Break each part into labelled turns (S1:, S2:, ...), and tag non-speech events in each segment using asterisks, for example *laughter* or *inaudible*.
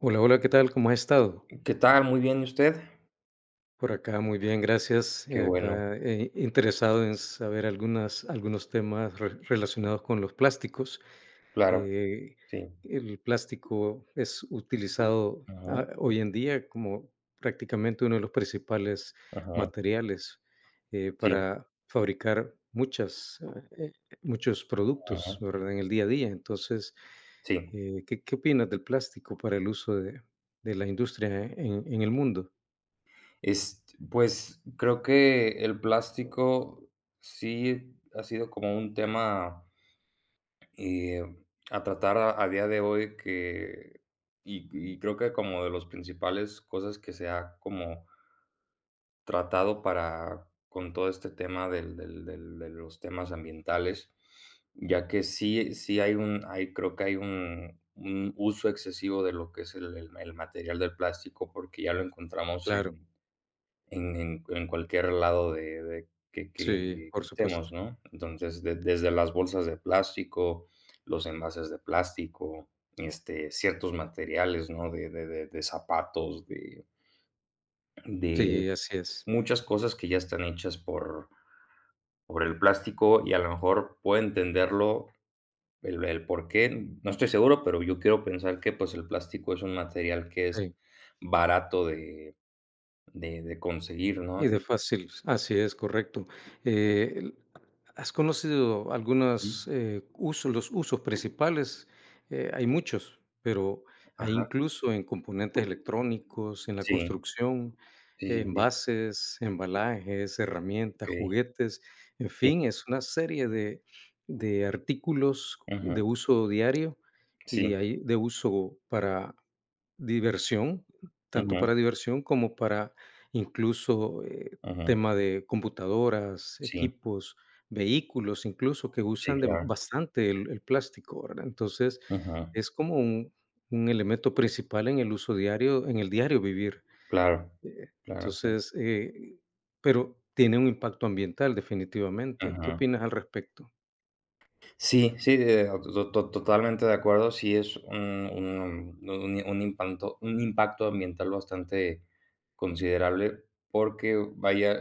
S1: Hola, hola, ¿qué tal? ¿Cómo has estado?
S2: ¿Qué tal? Muy bien, ¿y usted?
S1: Por acá muy bien, gracias.
S2: Qué bueno,
S1: Acá interesado en saber algunos temas relacionados con los plásticos
S2: claro,
S1: que
S2: sí.
S1: el plástico es utilizado,
S2: Ujú,
S1: hoy en día como prácticamente uno de los principales
S2: ujú,
S1: materiales,
S2: sí,
S1: para fabricar muchos productos,
S2: ujú,
S1: ¿verdad? En el día a día. Entonces,
S2: sí.
S1: ¿qué opinas del plástico para el uso de la industria en el mundo?
S2: Es pues, creo que el plástico sí ha sido como un tema, eh, a tratar a día de hoy que creo que como de los principales cosas que se ha como tratado para con todo este tema del de los temas ambientales, ya que sí hay un hay creo que hay un uso excesivo de lo que es el material del plástico, porque ya lo encontramos
S1: Claro,
S2: en en cualquier lado de que
S1: sí, por
S2: que estemos,
S1: supuesto.
S2: ¿no? Entonces, de desde las bolsas de plástico, los envases de plástico, este, ciertos materiales, ¿no? De zapatos, de
S1: Sí, así es.
S2: muchas cosas que ya están hechas por el plástico y a lo mejor puedo entenderlo, el por qué no estoy seguro, pero yo quiero pensar que, pues, el plástico es un material que es
S1: Sí.
S2: barato de conseguir, ¿no?
S1: Y de fácil, así es, correcto. El ¿has conocido
S2: Ujú.
S1: algunos usos, los usos principales? Hay muchos, pero hay
S2: Ajá.
S1: incluso en componentes electrónicos, en la
S2: Sí,
S1: construcción,
S2: sí, sí, sí,
S1: envases, embalajes, herramientas,
S2: okey.
S1: juguetes, en
S2: Sí,
S1: fin, es una serie de artículos de
S2: ujú.
S1: uso diario
S2: Sí,
S1: y hay de uso para Diversión, tanto para
S2: ujú,
S1: diversión como para incluso,
S2: ujú.
S1: tema de computadoras,
S2: Sí,
S1: equipos, vehículos, incluso que
S2: sí,
S1: usan de
S2: claro.
S1: bastante el plástico, ¿verdad? Entonces,
S2: Ujú.
S1: es como un elemento principal en el uso diario, en el diario vivir.
S2: Claro,
S1: Eh,
S2: claro, claro.
S1: entonces, eh, pero tiene un impacto ambiental definitivamente. ¿Qué
S2: Ajá.
S1: opinas al respecto?
S2: Sí, sí, to to totalmente de acuerdo. Sí es un un impacto ambiental bastante considerable, porque vaya,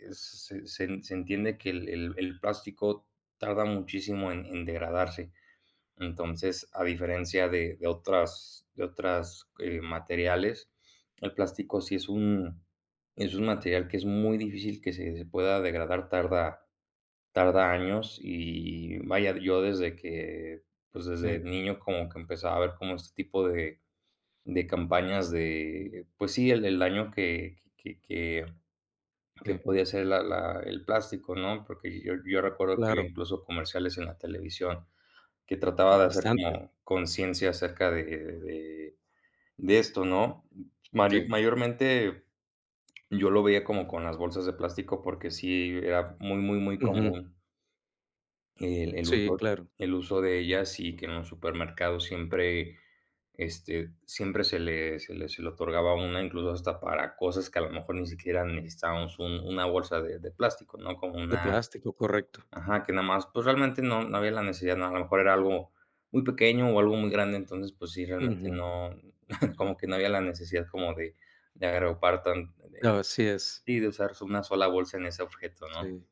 S2: se se entiende que el el plástico tarda muchísimo en degradarse. Entonces, a diferencia de otras, materiales, el plástico sí es un material que es muy difícil que se pueda degradar, tarda. Tarda años y vaya, yo desde que, pues, desde
S1: Sí,
S2: niño como que empezaba a ver como este tipo de campañas de, pues sí, el daño que
S1: sí,
S2: podía hacer la la el plástico, ¿no? Porque yo recuerdo que había
S1: claro,
S2: incluso comerciales en la televisión que trataba de hacer
S1: bastante,
S2: como conciencia acerca de esto, ¿no? Mari
S1: sí.
S2: Mayormente yo lo veía como con las bolsas de plástico porque sí era muy, muy, muy
S1: Ujú.
S2: común. El
S1: Sí,
S2: uso
S1: claro,
S2: de ellas y que en un supermercado siempre, este, siempre se le otorgaba una, incluso hasta para cosas que a lo mejor ni siquiera necesitábamos un una bolsa de plástico, ¿no? Como
S1: de
S2: una,
S1: plástico, correcto.
S2: ajá, que nada más, pues, realmente no, no había la necesidad, ¿no? A lo mejor era algo muy pequeño o algo muy grande, entonces, pues sí, realmente
S1: Ujú.
S2: no, *laughs* como que no había la necesidad como de agrupar tan,
S1: No, así es.
S2: sí, de usar una sola bolsa en ese objeto, ¿no?
S1: Sí.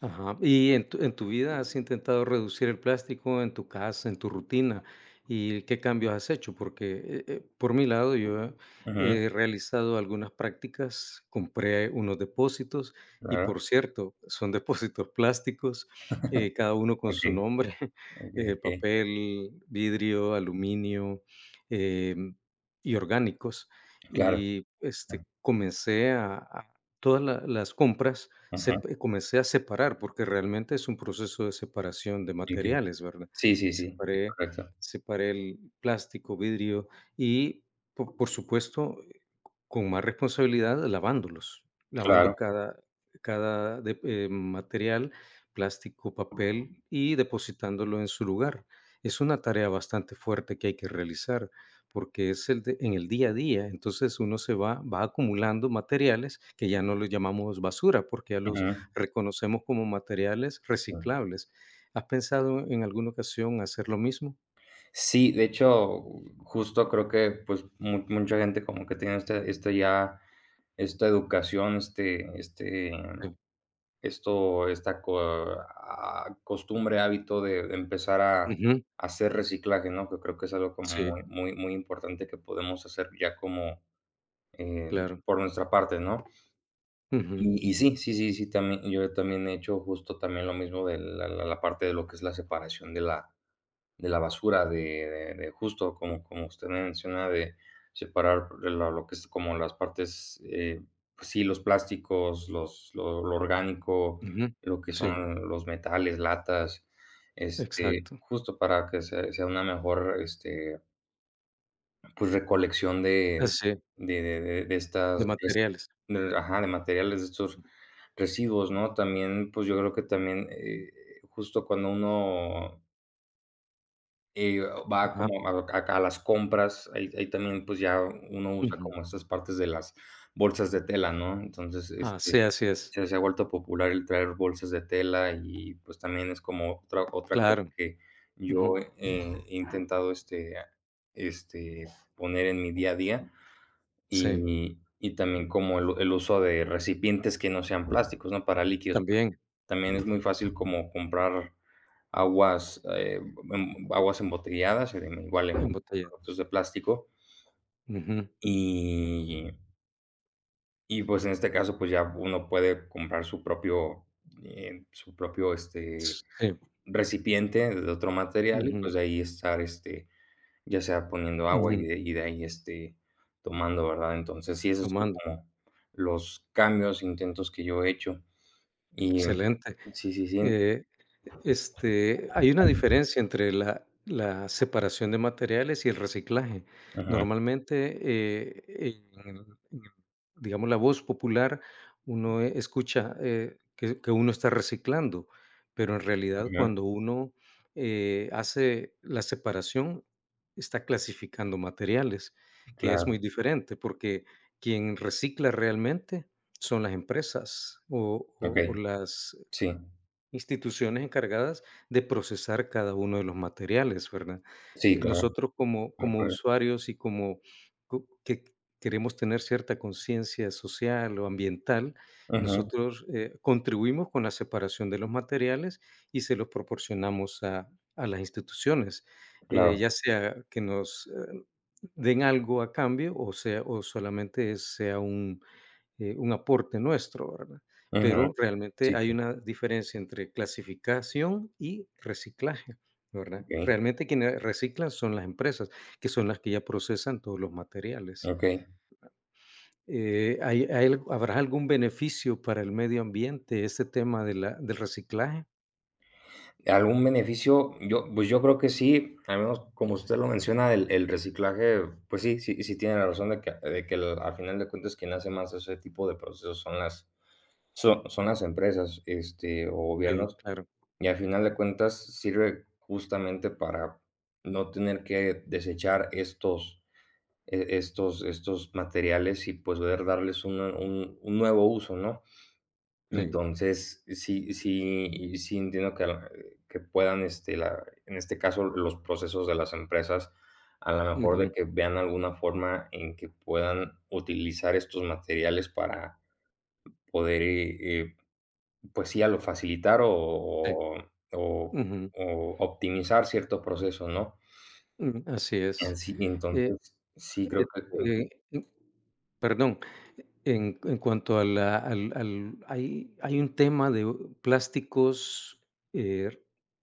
S1: Ajá. ¿Y en tu vida has intentado reducir el plástico en tu casa, en tu rutina? ¿Y qué cambios has hecho? Porque, por mi lado, yo
S2: Ujú,
S1: he realizado algunas prácticas, compré unos depósitos y,
S2: claro,
S1: por cierto, son *laughs* depósitos plásticos, cada uno con su
S2: okey,
S1: nombre, *laughs*
S2: okey, okey,
S1: papel, vidrio, aluminio, em, y orgánicos.
S2: claro,
S1: Y, este, comencé a todas la las compras,
S2: ajá.
S1: sep comencé a separar, porque realmente es un proceso de separación de
S2: Entiendo.
S1: materiales, ¿verdad?
S2: Sí, sí, sí, sí,
S1: Separé
S2: correcto.
S1: separé el plástico, vidrio y, por supuesto, con más responsabilidad lavándolos, lavando
S2: Claro.
S1: cada cada de material, plástico, papel, y depositándolo en su lugar. Es una tarea bastante fuerte que hay que realizar, porque es el de en el día a día, entonces uno se va acumulando materiales que ya no los llamamos basura, porque ya los
S2: Ujú.
S1: reconocemos como materiales reciclables. ¿Has pensado en alguna ocasión hacer lo mismo?
S2: Sí, de hecho, justo creo que, pues, mu mucha gente como que tiene este ya esta educación, este,
S1: Sí.
S2: esto, esta costumbre, hábito de empezar a
S1: Ujú.
S2: hacer reciclaje, ¿no? Que creo que es algo como
S1: Sí,
S2: muy, muy, muy importante que podemos hacer ya como,
S1: claro.
S2: por nuestra parte, ¿no?
S1: Ujú,
S2: Y sí, sí, sí, sí, también, yo también he hecho justo también lo mismo de la parte de lo que es la separación de la basura, de justo como como usted me menciona, de separar la lo que es como las partes, pues sí, los plásticos, los lo orgánico,
S1: ujú.
S2: lo que
S1: Sí,
S2: son los metales, latas, este,
S1: exacto.
S2: justo para que se sea una mejor, este, pues, recolección
S1: Ah,
S2: de
S1: sí,
S2: de de de de
S1: de
S2: estas res
S1: materiales.
S2: de, ajá, de materiales, de estos residuos, ¿no? También, pues, yo creo que también, justo cuando uno, eh, va
S1: Ajá.
S2: como a las compras, ahí también, pues, ya uno usa
S1: Ujú.
S2: como estas partes de las bolsas de tela, ¿no? Entonces,
S1: Ah,
S2: este,
S1: sí, así es.
S2: se se ha vuelto popular el traer bolsas de tela y, pues, también es como otra otra cosa
S1: Claro.
S2: que yo,
S1: Ujú.
S2: he intentado, este, poner en mi día a día,
S1: Sí,
S2: y también como el uso de recipientes que no sean plásticos, ¿no? Para líquidos,
S1: también
S2: también es muy fácil como comprar aguas, aguas embotelladas, igual en productos
S1: embotellados.
S2: de plástico,
S1: Ujú.
S2: y y, pues, en este caso, pues, ya uno puede comprar su propio, este,
S1: Sí.
S2: recipiente de otro material y,
S1: Ujú,
S2: pues, de ahí estar, este, ya sea poniendo agua y
S1: ujú.
S2: de ahí, este, tomando, ¿verdad? Entonces, sí, esos son
S1: Tomando.
S2: como los cambios, intentos que yo he hecho. Y,
S1: Excelente.
S2: sí, sí, sí.
S1: Eh, este, hay una diferencia entre la separación de materiales y el reciclaje.
S2: Ujú,
S1: Normalmente, en el en el digamos, la voz popular, uno escucha, que uno está reciclando, pero en realidad
S2: ujú,
S1: cuando uno, hace la separación, está clasificando materiales, que es
S2: claro,
S1: muy diferente, porque quien recicla realmente son las empresas o o
S2: okey,
S1: o las
S2: sí,
S1: Instituciones encargadas de procesar cada uno de los materiales, ¿verdad?
S2: sí, claro,
S1: Nosotros como
S2: me acuerdo.
S1: usuarios y como co que queremos tener cierta conciencia social o ambiental,
S2: Ujú,
S1: nosotros, contribuimos con la separación de los materiales y se los proporcionamos a las instituciones,
S2: claro,
S1: ya sea que nos, den algo a cambio o sea, o solamente sea un aporte nuestro, ¿verdad?
S2: ujú,
S1: Pero
S2: sí,
S1: realmente hay una diferencia entre clasificación y reciclaje, ¿verdad?
S2: okey,
S1: Realmente quienes reciclan son las empresas, que son las que ya procesan todos los materiales.
S2: okey.
S1: ¿Habrá algún beneficio para el medio ambiente ese tema de del reciclaje?
S2: ¿Algún beneficio? Yo, pues, yo creo que sí, al menos como usted lo menciona, el reciclaje, pues sí, sí tiene la razón de que el al final de cuentas quien hace más ese tipo de procesos son las. Son las empresas, este, o
S1: Sí,
S2: gobiernos,
S1: claro,
S2: y al final de cuentas sirve justamente para no tener que desechar estos, estos, estos materiales y pues poder darles una un nuevo uso, ¿no?
S1: sí.
S2: Entonces, sí entiendo que la que puedan, este, la en este caso, los procesos de las empresas, a lo mejor de
S1: Ujú,
S2: que vean alguna forma en que puedan utilizar estos materiales para poder, pues sí, a lo facilitar
S1: sí,
S2: o
S1: ujú,
S2: o optimizar ciertos procesos, ¿no?
S1: mm, así
S2: En
S1: es.
S2: sí,
S1: Eh,
S2: entonces, sí
S1: eh,
S2: creo que,
S1: eh, Perdón, en cuanto a la al al hay un tema de plásticos, eh,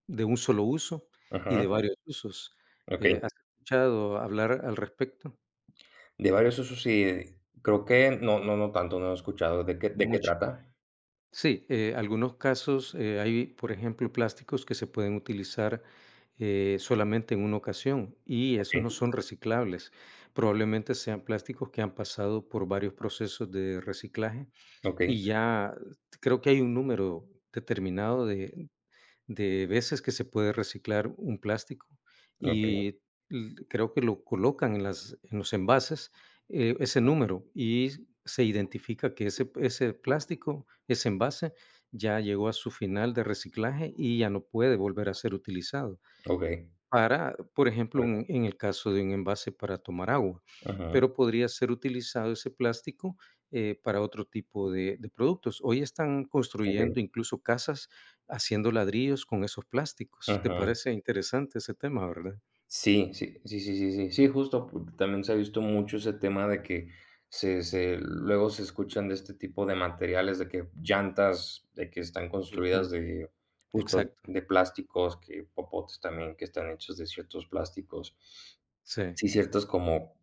S1: de un solo uso y
S2: ajá,
S1: de varios usos,
S2: okey.
S1: ¿has escuchado hablar al respecto?
S2: De varios usos sí, creo que no tanto, no he escuchado, ¿de qué
S1: No mucho.
S2: trata?
S1: Sí, algunos casos, hay, por ejemplo, plásticos que se pueden utilizar, solamente en una ocasión, y esos
S2: Okey,
S1: no son reciclables. Probablemente sean plásticos que han pasado por varios procesos de reciclaje.
S2: okey,
S1: Y ya, creo que hay un número determinado de veces que se puede reciclar un plástico,
S2: okey,
S1: y l creo que lo colocan en las en los envases, ese número, y se identifica que ese plástico, ese envase, ya llegó a su final de reciclaje y ya no puede volver a ser utilizado.
S2: okey,
S1: Para, por ejemplo,
S2: bueno,
S1: un en el caso de un envase para tomar agua,
S2: ajá,
S1: pero podría ser utilizado ese plástico, para otro tipo de productos. Hoy están
S2: okey,
S1: construyendo incluso casas haciendo ladrillos con esos plásticos. ¿Te
S2: ajá.
S1: parece interesante ese tema, verdad?
S2: Sí, sí, sí, sí, sí, sí, sí, justo, pu también se ha visto mucho ese tema de que se luego se escuchan de este tipo de materiales, de que llantas, de que están construidas
S1: Ujú,
S2: de justo
S1: exacto.
S2: de plásticos, que popotes también que están hechos de ciertos plásticos.
S1: Sí,
S2: Sí, ciertos como,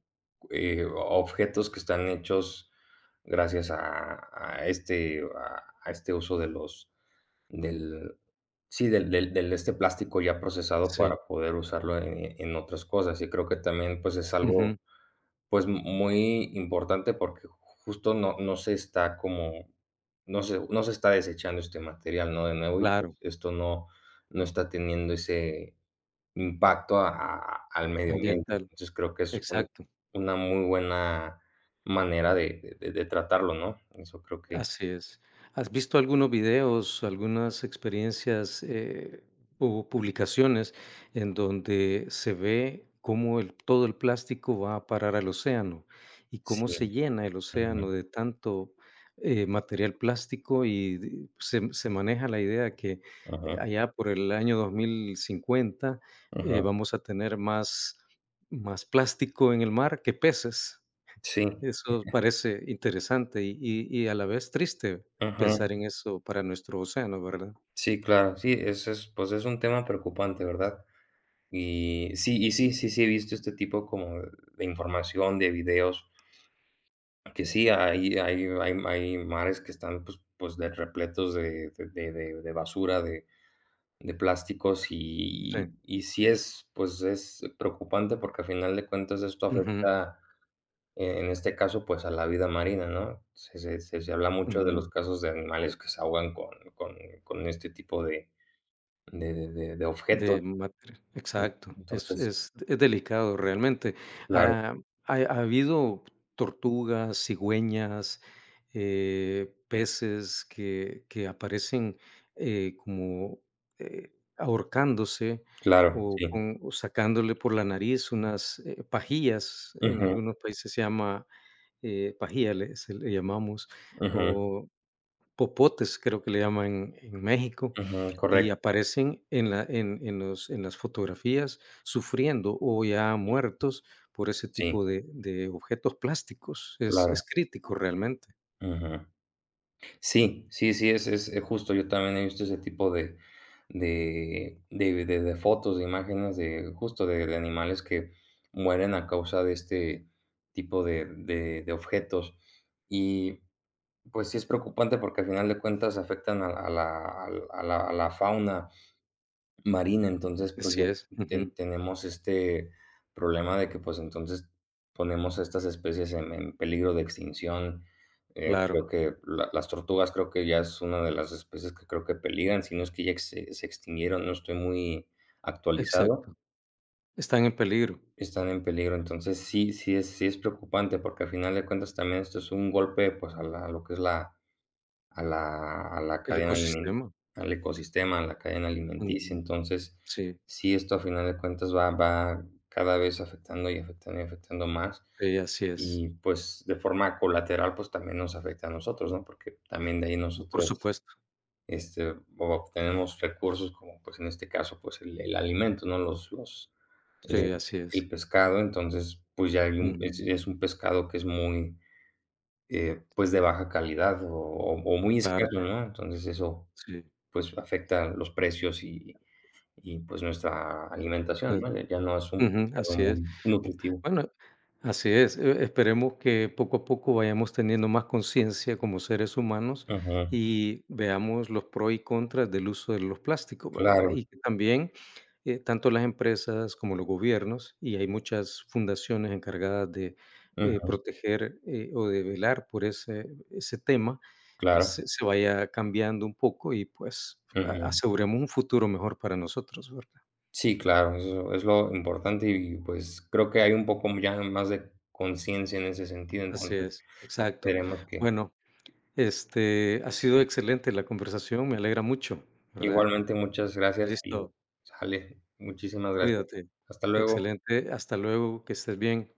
S2: objetos que están hechos gracias a a este uso de los del, sí, del, este, plástico ya procesado
S1: sí.
S2: para poder usarlo en otras cosas, y creo que también, pues, es algo,
S1: Ujú,
S2: pues, muy importante porque justo no se está como no se está desechando este material, ¿no?, de nuevo, y pues,
S1: claro,
S2: esto no, no está teniendo ese impacto a al medio ambiente.
S1: ambiental.
S2: Entonces, creo que es un
S1: Exacto.
S2: una muy buena manera de de tratarlo, ¿no? Eso creo que
S1: Así es. ¿Has visto algunos videos, algunas experiencias o publicaciones en donde se ve cómo todo el plástico va a parar al océano, y cómo
S2: sí.
S1: se llena el
S2: Ujú,
S1: océano de tanto material plástico, y se maneja la idea que
S2: ujú,
S1: allá por el año 2050
S2: ujú.
S1: vamos a tener más plástico en el mar que peces?
S2: Sí.
S1: Eso parece interesante y a la vez triste
S2: Ujú.
S1: pensar en eso para nuestro océano, ¿verdad?
S2: Sí, claro, sí, eso es, pues, es un tema preocupante, ¿verdad? Y sí, sí, sí he visto este tipo como de información, de videos, que sí, hay hay mares que están, pues, de repletos de de basura, de plásticos,
S1: Sí.
S2: y sí es, pues, es preocupante porque, al final de cuentas, esto
S1: Ujú,
S2: afecta, en este caso, pues, a la vida marina, ¿no? Se se habla mucho de
S1: ujú.
S2: los casos de animales que se ahogan con con con este tipo de. De de objetos.
S1: De matri exacto. Es
S2: Entonces,
S1: es es delicado realmente.
S2: claro,
S1: Ah, ha ha habido tortugas, cigüeñas, peces que aparecen, eh, como, ahorcándose
S2: claro,
S1: o
S2: sí.
S1: con o sacándole por la nariz unas, pajillas, en
S2: Ujú,
S1: algunos países se llama pajilla le se le llamamos,
S2: ujú,
S1: o popotes, creo que le llaman en México,
S2: ujú,
S1: y
S2: correcto,
S1: aparecen en la en los en las fotografías sufriendo o ya muertos por ese
S2: sí,
S1: tipo de objetos plásticos. Es
S2: claro,
S1: crítico realmente.
S2: ujú. Sí, sí, sí, es, justo, yo también he visto ese tipo de de fotos, de imágenes de justo de animales que mueren a causa de este tipo de objetos. Y, pues, sí es preocupante porque al final de cuentas afectan a la al a la fauna marina, entonces, pues,
S1: Así
S2: ya
S1: es, ujú,
S2: tenemos este problema de que, pues, entonces, ponemos a estas especies en peligro de extinción.
S1: claro,
S2: Creo que la las tortugas creo que ya es una de las especies que creo que peligran, si no es que ya se extinguieron, no estoy muy actualizado,
S1: exacto. Están en peligro
S2: están en peligro. Entonces, sí es sí es preocupante, porque al final de cuentas también esto es un golpe, pues, a la a lo que es la a la a la
S1: el
S2: cadena alimen,
S1: ecosistema.
S2: al ecosistema, a la cadena alimenticia.
S1: Ujú,
S2: Entonces,
S1: sí,
S2: sí, esto a final de cuentas va va cada vez afectando y afectando y afectando más,
S1: sí, así es.
S2: y, pues, de forma colateral, pues, también nos afecta a nosotros, ¿no? Porque también de ahí
S1: Por
S2: nosotros,
S1: supuesto,
S2: este, obtenemos recursos como, pues, en este caso, pues, el alimento, ¿no? Los el
S1: sí, así es.
S2: el pescado, entonces, pues, ya hay un
S1: Ujú,
S2: es un pescado que es muy, pues, de baja calidad o muy
S1: claro,
S2: escaso, ¿no? Entonces, eso,
S1: sí.
S2: pues, afecta los precios y, pues, nuestra alimentación, ¿no? Ya no es un
S1: Ujú,
S2: mercado
S1: así es.
S2: muy
S1: Mm,
S2: nutritivo.
S1: bueno, así es, esperemos que poco a poco vayamos teniendo más conciencia como seres humanos
S2: Ujú,
S1: y veamos los pros y contras del uso de los plásticos, ¿verdad?
S2: claro,
S1: Y que también, tanto las empresas como los gobiernos, y hay muchas fundaciones encargadas de,
S2: ujú,
S1: proteger, o de velar por ese tema, se
S2: claro,
S1: vaya cambiando un poco y, pues, a
S2: ujú.
S1: aseguremos un futuro mejor para nosotros, ¿verdad?
S2: Sí, claro, eso es lo importante y, pues, creo que hay un poco ya más de conciencia en ese sentido,
S1: Así
S2: entonces,
S1: es, exacto.
S2: esperemos que
S1: Bueno, este, ha sido excelente la conversación, me alegra mucho, ¿verdad?
S2: igualmente, muchas gracias y
S1: Listo,
S2: sale, muchísimas gracias.
S1: cuídate.
S2: Hasta luego.
S1: Excelente, hasta luego, que estés bien.